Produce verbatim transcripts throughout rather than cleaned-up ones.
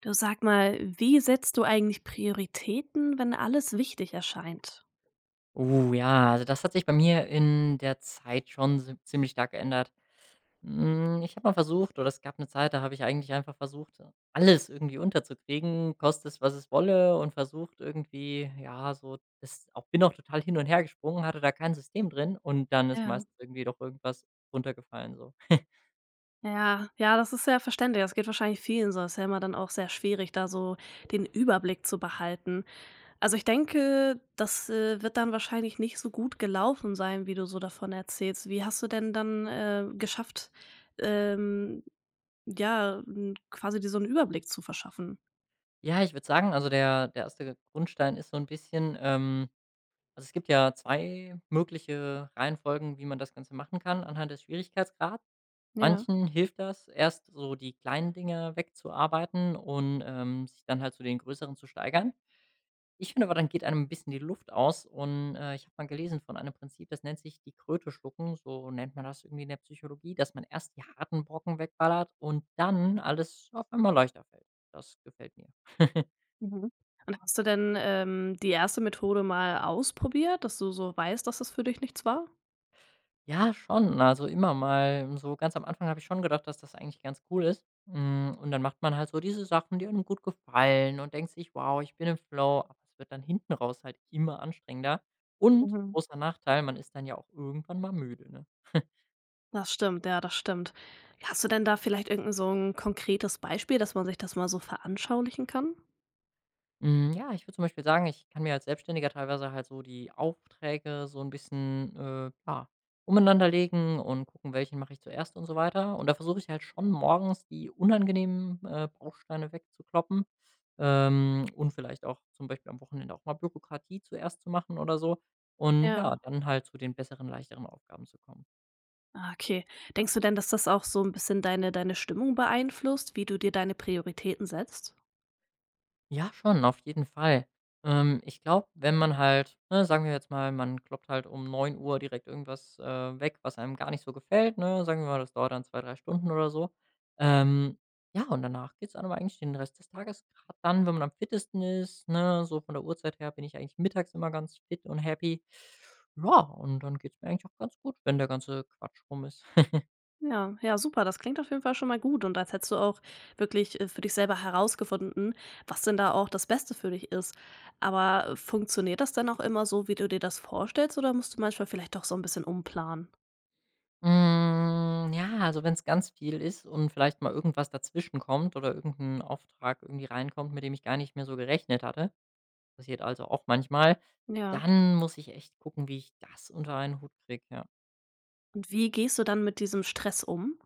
Du sag mal, wie setzt du eigentlich Prioritäten, wenn alles wichtig erscheint? Oh ja, also das hat sich bei mir in der Zeit schon si ziemlich stark geändert. Hm, ich habe mal versucht oder es gab eine Zeit, da habe ich eigentlich einfach versucht, alles irgendwie unterzukriegen, koste es, was es wolle und versucht irgendwie, ja, so das auch bin auch total hin und her gesprungen, hatte da kein System drin und dann ist Ja. meistens irgendwie doch irgendwas runtergefallen so. Ja, ja, das ist sehr verständlich. Das geht wahrscheinlich vielen so. es Ist ja immer dann auch sehr schwierig, da so den Überblick zu behalten. Also, ich denke, das, äh, wird dann wahrscheinlich nicht so gut gelaufen sein, wie du so davon erzählst. Wie hast du denn dann, äh, geschafft, ähm, ja, hm, quasi dir so 'n Überblick zu verschaffen? Ja, ich würde sagen, also der der erste Grundstein ist so ein bisschen, ähm also es gibt ja zwei mögliche Reihenfolgen, wie man das Ganze machen kann anhand des Schwierigkeitsgrads. Ja. Manchen hilft das, erst so die kleinen Dinge wegzuarbeiten und, ähm, sich dann halt zu den größeren zu steigern. Ich finde aber, dann geht einem ein bisschen die Luft aus und, äh, ich habe mal gelesen von einem Prinzip, das nennt sich die Kröte schlucken, so nennt man das irgendwie in der Psychologie, dass man erst die harten Brocken wegballert und dann alles auf einmal leichter fällt. Das gefällt mir. Mhm. Und hast du denn, ähm, die erste Methode mal ausprobiert, dass du so weißt, dass das für dich nichts war? Ja, schon. Also, immer mal so ganz am Anfang habe ich schon gedacht, dass das eigentlich ganz cool ist. Hm, und dann macht man halt so diese Sachen, die einem gut gefallen und denkt sich: „Wow, ich bin im Flow“, aber es wird dann hinten raus halt immer anstrengender und Mhm. großer Nachteil, man ist dann ja auch irgendwann mal müde, ne? Das stimmt, ja, das stimmt. Hast du denn da vielleicht irgend so ein konkretes Beispiel, dass man sich das mal so veranschaulichen kann? Hm, ja, ich würde zum Beispiel sagen, ich kann mir als Selbstständiger teilweise halt so die Aufträge so ein bisschen, äh, ja, umeinander legen und gucken, welchen mache ich zuerst und so weiter. Und da versuche ich halt schon morgens die unangenehmen, äh, Bausteine wegzukloppen, ähm, und vielleicht auch zum Beispiel am Wochenende auch mal Bürokratie zuerst zu machen oder so und Ja. ja, dann halt zu den besseren, leichteren Aufgaben zu kommen. Ah, okay. Denkst du denn, dass das auch so ein bisschen deine deine Stimmung beeinflusst, wie du dir deine Prioritäten setzt? Ja, schon, auf jeden Fall. Ähm, ich glaube, wenn man halt, ne, sagen wir jetzt mal, man kloppt halt um neun Uhr direkt irgendwas, äh, weg, was einem gar nicht so gefällt, ne? Sagen wir mal, das dauert dann zwei drei Stunden oder so. Ähm, ja, und danach geht's einem eigentlich den Rest des Tages grad dann, wenn man am fittesten ist, ne, so von der Uhrzeit her bin ich eigentlich mittags immer ganz fit und happy. Ja, und dann geht's mir eigentlich auch ganz gut, wenn der ganze Quatsch rum ist. Ja, ja, super. Das klingt auf jeden Fall schon mal gut und als hättest du auch wirklich, äh, für dich selber herausgefunden, was denn da auch das Beste für dich ist. Aber äh, funktioniert das dann auch immer so, wie du dir das vorstellst, oder musst du manchmal vielleicht doch so ein bisschen umplanen? Hm, ja, also wenn es ganz viel ist und vielleicht mal irgendwas dazwischen kommt oder irgendein Auftrag irgendwie reinkommt, mit dem ich gar nicht mehr so gerechnet hatte, passiert also auch manchmal, Ja. dann muss ich echt gucken, wie ich das unter einen Hut kriege, ja. Und wie gehst du dann mit diesem Stress um?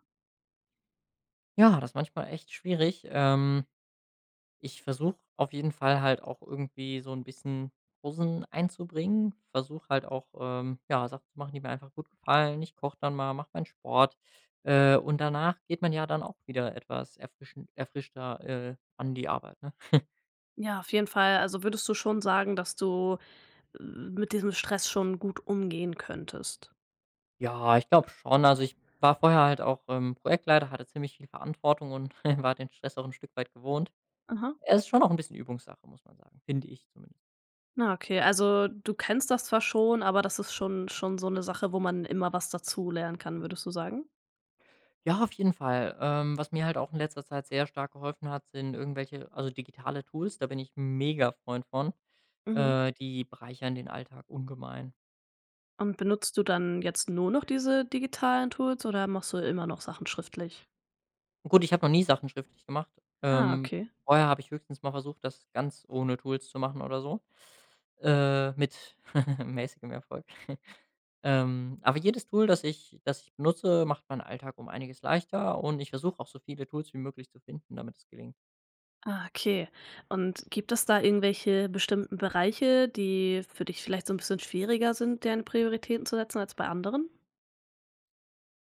Ja, das ist manchmal echt schwierig. ähm Ich versuche auf jeden Fall halt auch irgendwie so ein bisschen Rosen einzubringen, versuche halt auch, ähm, ja, Sachen zu machen, die mir einfach gut gefallen. Ich koche dann mal, mache meinen Sport, äh, und danach geht man ja dann auch wieder etwas erfrischen erfrischter, äh, an die Arbeit, ne? Ja, auf jeden Fall. Also, würdest du schon sagen, dass du, äh, mit diesem Stress schon gut umgehen könntest? Ja, ich glaube schon. Also, ich war vorher halt auch, ähm, Projektleiter, hatte ziemlich viel Verantwortung und war den Stress auch ein Stück weit gewohnt. Aha. Es ist schon auch ein bisschen Übungssache, muss man sagen, finde ich zumindest. Na, okay. Also, du kennst das zwar schon, aber das ist schon schon so eine Sache, wo man immer was dazu lernen kann, würdest du sagen? Ja, auf jeden Fall. Ähm, was mir halt auch in letzter Zeit sehr stark geholfen hat, sind irgendwelche also, digitale Tools, da bin ich mega Freund von. Mhm. Äh, die bereichern den Alltag ungemein. Und benutzt du dann jetzt nur noch diese digitalen Tools oder machst du immer noch Sachen schriftlich? Gut, ich habe noch nie Sachen schriftlich gemacht. Ah, Ähm, okay. Vorher habe ich höchstens mal versucht, das ganz ohne Tools zu machen oder so, äh, mit mäßigem Erfolg. Ähm, aber jedes Tool, das ich das ich benutze, macht meinen Alltag um einiges leichter und ich versuche auch so viele Tools wie möglich zu finden, damit es gelingt. Ah, okay. Und gibt es da irgendwelche bestimmten Bereiche, die für dich vielleicht so ein bisschen schwieriger sind, deren Prioritäten zu setzen als bei anderen?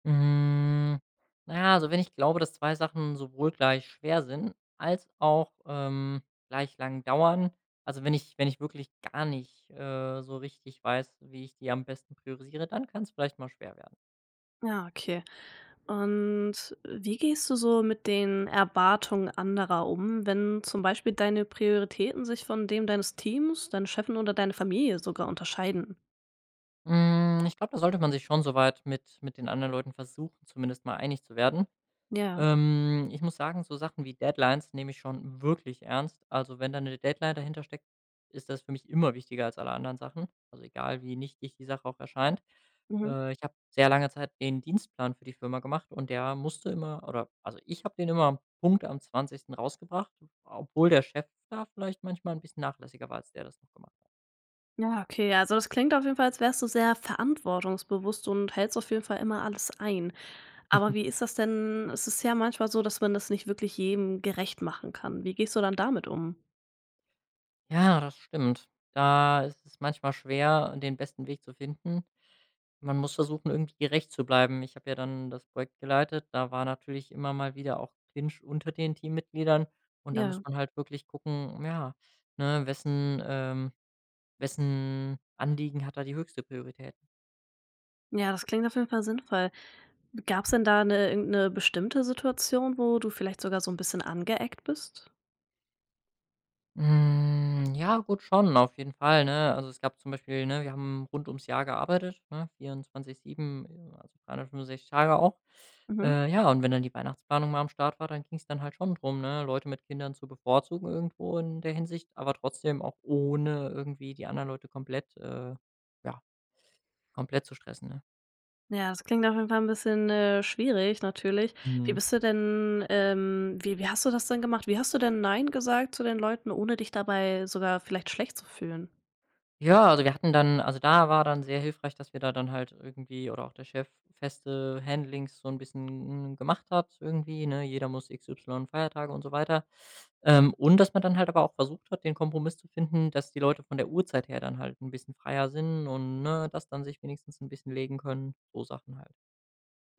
Hm, na ja, also wenn ich glaube, dass zwei Sachen sowohl gleich schwer sind als auch, ähm, gleich lang dauern, also wenn ich wenn ich wirklich gar nicht, äh, so richtig weiß, wie ich die am besten priorisiere, dann kann es vielleicht mal schwer werden. Ja, okay. Und wie gehst du so mit den Erwartungen anderer um, wenn zum Beispiel deine Prioritäten sich von dem deines Teams, deinen Chefen oder deine Familie sogar unterscheiden? Hm, ich glaube, da sollte man sich schon so weit mit mit den anderen Leuten versuchen, zumindest mal einig zu werden. Ja. Ähm, ich muss sagen, so Sachen wie Deadlines nehme ich schon wirklich ernst. Also, wenn da eine Deadline dahinter steckt, ist das für mich immer wichtiger als alle anderen Sachen. Also, egal wie nichtig die Sache auch erscheint. Mhm. Äh, ich habe sehr lange Zeit den Dienstplan für die Firma gemacht und der musste immer oder also, ich habe den immer am Punkt am zwanzigsten rausgebracht, obwohl der Chef da vielleicht manchmal ein bisschen nachlässiger war, als der das noch gemacht hat. Ja, okay. Also das klingt auf jeden Fall, als wärst du sehr verantwortungsbewusst und hältst auf jeden Fall immer alles ein. Aber wie ist das denn? Es ist ja manchmal so, dass man das nicht wirklich jedem gerecht machen kann. Wie gehst du dann damit um? Ja, das stimmt. Da ist es manchmal schwer, den besten Weg zu finden. Man muss versuchen, irgendwie gerecht zu bleiben. Ich habe ja dann das Projekt geleitet, da war natürlich immer mal wieder auch Clinch unter den Teammitgliedern und dann muss Ja. man halt wirklich gucken, ja, ne, wessen ähm, wessen Anliegen hat da die höchste Priorität. Ja, das klingt auf jeden Fall sinnvoll. Gab es denn da eine irgendeine bestimmte Situation, wo du vielleicht sogar so ein bisschen angeeckt bist? Hm, ja, gut schon, auf jeden Fall, ne? Also, es gab zum Beispiel ne, wir haben rund ums Jahr gearbeitet, ne, vierundzwanzig sieben äh, also dreihundertfünfundsechzig Tage auch. Mhm. Äh, ja, und wenn dann die Weihnachtsplanung mal am Start war, dann ging es dann halt schon drum, ne, Leute mit Kindern zu bevorzugen irgendwo in der Hinsicht, aber trotzdem auch ohne irgendwie die anderen Leute komplett, äh ja, komplett zu stressen, Ja, das klingt auf jeden Fall ein bisschen, äh, schwierig natürlich. Wie ne? bist du denn ähm, wie wie hast du das denn gemacht? Wie hast du denn „Nein“ gesagt zu den Leuten, ohne dich dabei sogar vielleicht schlecht zu fühlen? Ja, also wir hatten dann also da war dann sehr hilfreich, dass wir da dann halt irgendwie oder auch der Chef feste Handlings so ein bisschen gemacht hat irgendwie, ne? Jeder muss X Y Feiertage und so weiter. Ähm, und dass man dann halt aber auch versucht hat, den Kompromiss zu finden, dass die Leute von der Uhrzeit her dann halt ein bisschen freier sind und, ne, das dann sich wenigstens ein bisschen legen können, so Sachen halt.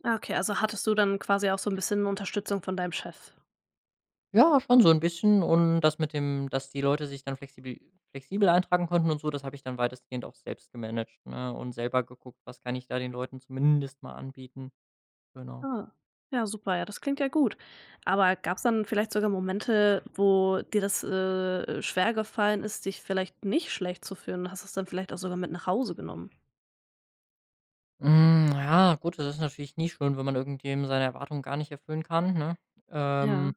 Ah, okay, also hattest du dann quasi auch so ein bisschen Unterstützung von deinem Chef? Ja, schon so 'n bisschen und das mit dem dass die Leute sich dann flexibel flexibel eintragen konnten und so, das habe ich dann weitestgehend auch selbst gemanagt, ne, und selber geguckt, was kann ich da den Leuten zumindest mal anbieten. Genau. Ah, ja, super, ja, das klingt ja gut. Aber gab's dann vielleicht sogar Momente, wo dir das, äh, schwer gefallen ist, dich vielleicht nicht schlecht zu fühlen und hast es dann vielleicht auch sogar mit nach Hause genommen? Hm, ja, gut, das ist natürlich nie schön, wenn man irgendwem seine Erwartungen gar nicht erfüllen kann, ne? Ähm Ja,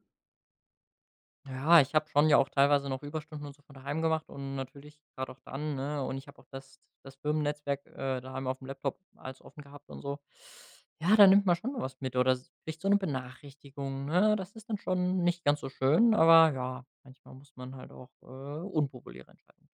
Ja, ich habe schon ja auch teilweise noch Überstunden und so von daheim gemacht und natürlich gerade auch dann, ne? Und ich habe auch das das Firmennetzwerk, äh, daheim auf dem Laptop als offen gehabt und so. Ja, da nimmt man schon mal was mit oder s kriegt so eine Benachrichtigung, ne? Das ist dann schon nicht ganz so schön, aber ja, manchmal muss man halt auch, äh, unpopuläre Entscheidungen.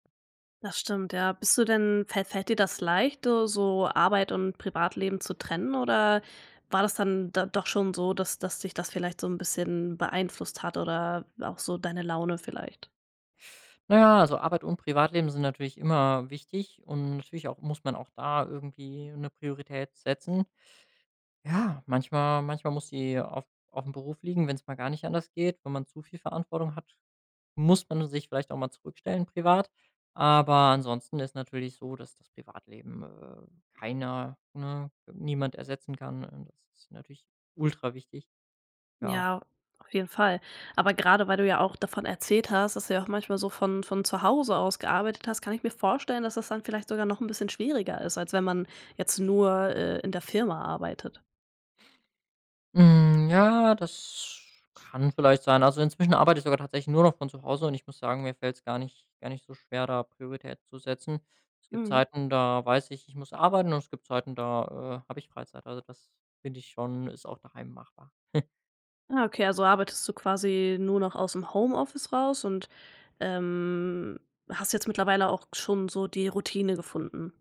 das stimmt, ja. Bist du denn fällt fällt dir das leicht, äh, so Arbeit und Privatleben zu trennen oder war das dann da doch schon so, dass dass dich das vielleicht so ein bisschen beeinflusst hat oder auch so deine Laune vielleicht? Na ja, also Arbeit und Privatleben sind natürlich immer wichtig und natürlich auch muss man auch da irgendwie eine Priorität setzen. Ja, manchmal manchmal muss die auf auf den Beruf liegen, wenn es mal gar nicht anders geht. Wenn man zu viel Verantwortung hat, muss man sich vielleicht auch mal zurückstellen privat. Aber ansonsten ist natürlich so, dass das Privatleben, äh, keiner ne, niemand ersetzen kann. Und das ist natürlich ultra wichtig, ja. Ja, auf jeden Fall. Aber gerade weil du ja auch davon erzählt hast, dass du ja auch manchmal so von von zu Hause aus gearbeitet hast, kann ich mir vorstellen, dass das dann vielleicht sogar noch ein bisschen schwieriger ist, als wenn man jetzt nur, äh, in der Firma arbeitet. Hm, ja, das kann vielleicht sein. Also, inzwischen arbeite ich sogar tatsächlich nur noch von zu Hause und ich muss sagen, mir fällt es gar nicht gar nicht so schwer, da Prioritäten zu setzen. Es gibt Mhm. Zeiten, da weiß ich, ich muss arbeiten und es gibt Zeiten, da, äh, habe ich Freizeit. Also, das finde ich schon ist auch daheim machbar. Ah, okay, also arbeitest du quasi nur noch aus dem Homeoffice raus und, ähm, hast jetzt mittlerweile auch schon so die Routine gefunden?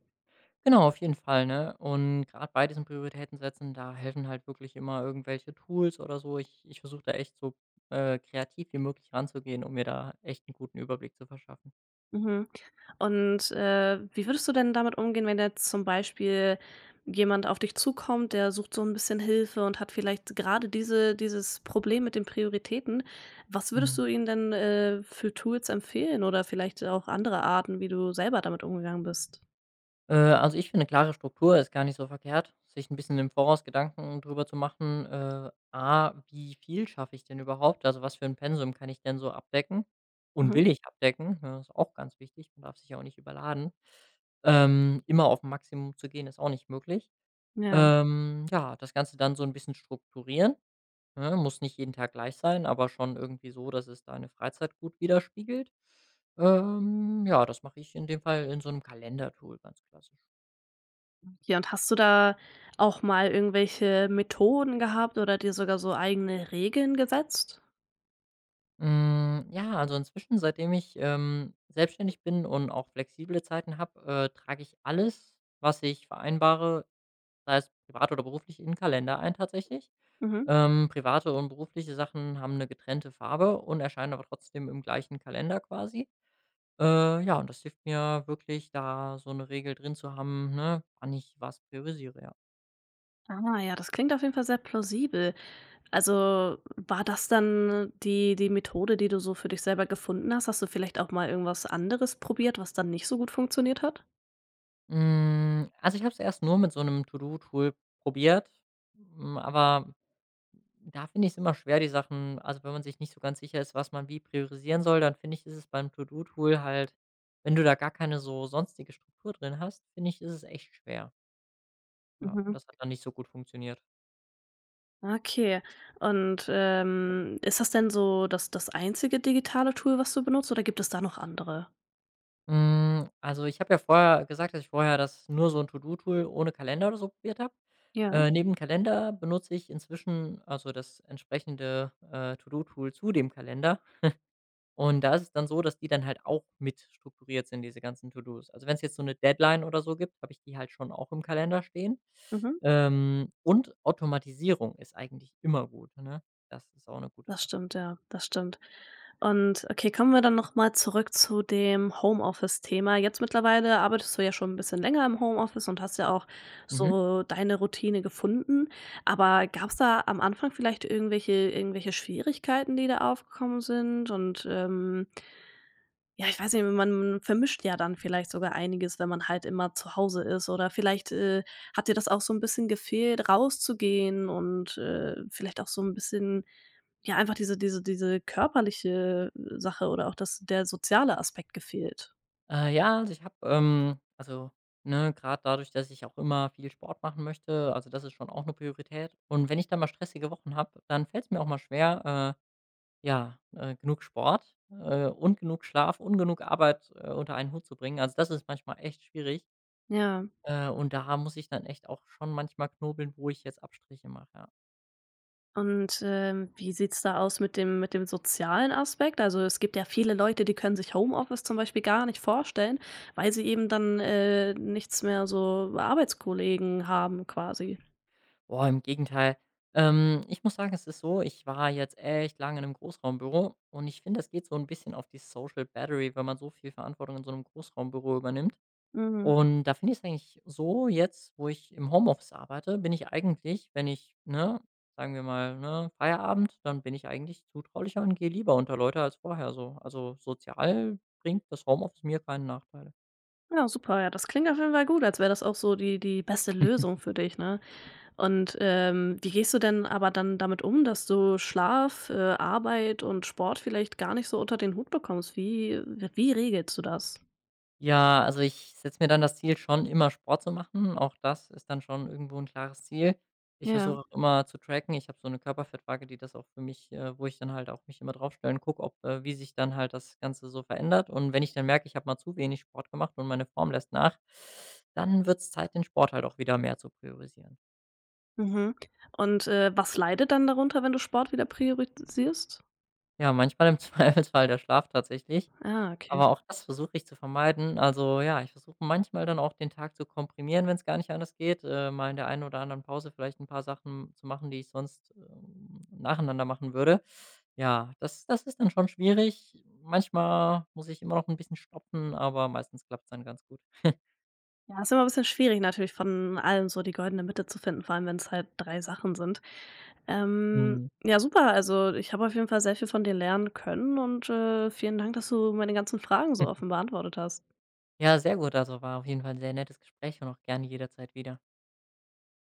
Genau, auf jeden Fall, ne? Und gerade bei diesem Prioritäten setzen, da helfen halt wirklich immer irgendwelche Tools oder so. Ich ich versuche da echt so, äh, kreativ wie möglich ranzugehen, um mir da echt einen guten Überblick zu verschaffen. Mhm. Und, äh, wie würdest du denn damit umgehen, wenn jetzt zum Beispiel jemand auf dich zukommt, der sucht so ein bisschen Hilfe und hat vielleicht gerade diese dieses Problem mit den Prioritäten. Was würdest Mhm. du ihm denn, äh, für Tools empfehlen oder vielleicht auch andere Arten, wie du selber damit umgegangen bist? Äh, also, ich finde, eine klare Struktur ist gar nicht so verkehrt, sich ein bisschen im Voraus Gedanken drüber zu machen, äh, A: Wie viel schaffe ich denn überhaupt? Also, was für ein Pensum kann ich denn so abdecken und Mhm. will ich abdecken? Ja, das ist auch ganz wichtig. Man darf sich ja auch nicht überladen. Ähm, immer auf 'n Maximum zu gehen, ist auch nicht möglich. Ja. Ähm, ja, das Ganze dann so ein bisschen strukturieren, ne? Muss nicht jeden Tag gleich sein, aber schon irgendwie so, dass es deine Freizeit gut widerspiegelt. Ähm, ja, das mache ich in dem Fall in so einem Kalendertool, ganz klassisch. Ja, und hast du da auch mal irgendwelche Methoden gehabt oder dir sogar so eigene Regeln gesetzt? Hm, ja, also inzwischen, seitdem ich, ähm, selbstständig bin und auch flexible Zeiten habe, äh, trage ich alles, was ich vereinbare, sei es privat oder beruflich, in den Kalender ein tatsächlich. Mhm. Ähm, private und berufliche Sachen haben eine getrennte Farbe und erscheinen aber trotzdem im gleichen Kalender quasi. Äh, ja, und das hilft mir wirklich, da so eine Regel drin zu haben, ne, wann ich was priorisiere, ja. Ah, ja, das klingt auf jeden Fall sehr plausibel. Also, war das dann die die Methode, die du so für dich selber gefunden hast? Hast du vielleicht auch mal irgendwas anderes probiert, was dann nicht so gut funktioniert hat? Hm, also, ich habe es erst nur mit so einem To-do-Tool probiert, hm, aber da finde ich es immer schwer, die Sachen also, wenn man sich nicht so ganz sicher ist, was man wie priorisieren soll, dann finde ich, ist es beim To-do-Tool halt wenn du da gar keine so sonstige Struktur drin hast, finde ich, ist es echt schwer. Ja, und Mhm. das hat dann nicht so gut funktioniert. Okay. Und, ähm, ist das denn so das das einzige digitale Tool, was du benutzt, oder gibt es da noch andere? Hm, also, ich habe ja vorher gesagt, dass ich vorher das nur so ein To-do-Tool ohne Kalender oder so probiert habe. Ja. Äh, neben Kalender benutze ich inzwischen also, das entsprechende, äh, To-do-Tool zu dem Kalender. Und da ist es dann so, dass die dann halt auch mit strukturiert sind, diese ganzen To-dos. Also, wenn es jetzt so eine Deadline oder so gibt, habe ich die halt schon auch im Kalender stehen. Mhm. Ähm, und Automatisierung ist eigentlich immer gut, ne? Das ist auch eine gute Das Sache. stimmt, ja, das stimmt. Und okay, kommen wir dann noch mal zurück zu dem Homeoffice-Thema. Jetzt mittlerweile arbeitest du ja schon ein bisschen länger im Homeoffice und hast ja auch Mhm. so deine Routine gefunden. Aber gab es da am Anfang vielleicht irgendwelche irgendwelche Schwierigkeiten, die da aufgekommen sind? Und, ähm ja, ich weiß nicht, man vermischt ja dann vielleicht sogar einiges, wenn man halt immer zu Hause ist oder vielleicht, äh, hat dir das auch so ein bisschen gefehlt, rauszugehen und, äh, vielleicht auch so ein bisschen ja, einfach diese diese diese körperliche äh, Sache oder auch das der soziale Aspekt gefehlt? Äh, ja, also, ich habe, ähm also, ne, grad dadurch, dass ich auch immer viel Sport machen möchte also, das ist schon auch eine Priorität. Und wenn ich dann mal stressige Wochen habe, dann fällt es mir auch mal schwer, äh, ja, äh, genug Sport, äh, und genug Schlaf und genug Arbeit, äh, unter einen Hut zu bringen. Also, das ist manchmal echt schwierig, Ja. äh, und da muss ich dann echt auch schon manchmal knobeln, wo ich jetzt Abstriche mache, ja. Und, ähm, wie sieht's da aus mit dem mit dem sozialen Aspekt? Also, es gibt ja viele Leute, die können sich Homeoffice zum Beispiel gar nicht vorstellen, weil sie eben dann, äh, nichts mehr so Arbeitskollegen haben quasi. Boah, im Gegenteil. Ähm, ich muss sagen, es ist so, ich war jetzt echt lange in einem Großraumbüro und ich finde, das geht so ein bisschen auf die Social Battery, wenn man so viel Verantwortung in so einem Großraumbüro übernimmt. Mhm. Und da finde ich es eigentlich so jetzt, wo ich im Homeoffice arbeite, bin ich eigentlich, wenn ich, ne, sagen wir mal, ne, Feierabend, dann bin ich eigentlich zutraulicher und gehe lieber unter Leute als vorher so. Also sozial bringt das Homeoffice mir keine Nachteile. Ja, super. Ja, das klingt auf jeden Fall gut, als wäre das auch so die die beste Lösung für dich, ne? Und, ähm, wie gehst du denn aber dann damit um, dass du Schlaf, äh, Arbeit und Sport vielleicht gar nicht so unter den Hut bekommst? Wie wie regelst du das? Ja, also ich setze mir dann das Ziel, schon immer Sport zu machen. Auch das ist dann schon irgendwo 'n klares Ziel. Ich Ja. versuche auch immer zu tracken. Ich habe so 'ne Körperfettwaage, die das auch für mich äh, wo ich dann halt auch mich immer draufstelle und gucke, ob äh, wie sich dann halt das Ganze so verändert. Und wenn ich dann merke, ich habe mal zu wenig Sport gemacht und meine Form lässt nach, dann wird's Zeit, den Sport halt auch wieder mehr zu priorisieren. Mhm. Und, äh, was leidet dann darunter, wenn du Sport wieder priorisierst? Ja, manchmal im Zweifelsfall der Schlaf tatsächlich, Ah, okay. aber auch das versuche ich zu vermeiden. Also, ja, ich versuche manchmal dann auch den Tag zu komprimieren, wenn es gar nicht anders geht, äh, mal in der einen oder anderen Pause vielleicht ein paar Sachen zu machen, die ich sonst, ähm, nacheinander machen würde. Ja, das das ist dann schon schwierig. Manchmal muss ich immer noch ein bisschen stoppen, aber meistens klappt's dann ganz gut. Ja, ist immer ein bisschen schwierig natürlich, von allem so die goldene Mitte zu finden, vor allem wenn es halt drei Sachen sind. Ähm, Mhm. ja, super. Also, ich habe auf jeden Fall sehr viel von dir lernen können und, äh, vielen Dank, dass du meine ganzen Fragen so offen beantwortet hast. Ja, sehr gut. Also, war auf jeden Fall 'n sehr nettes Gespräch und auch gerne jederzeit wieder.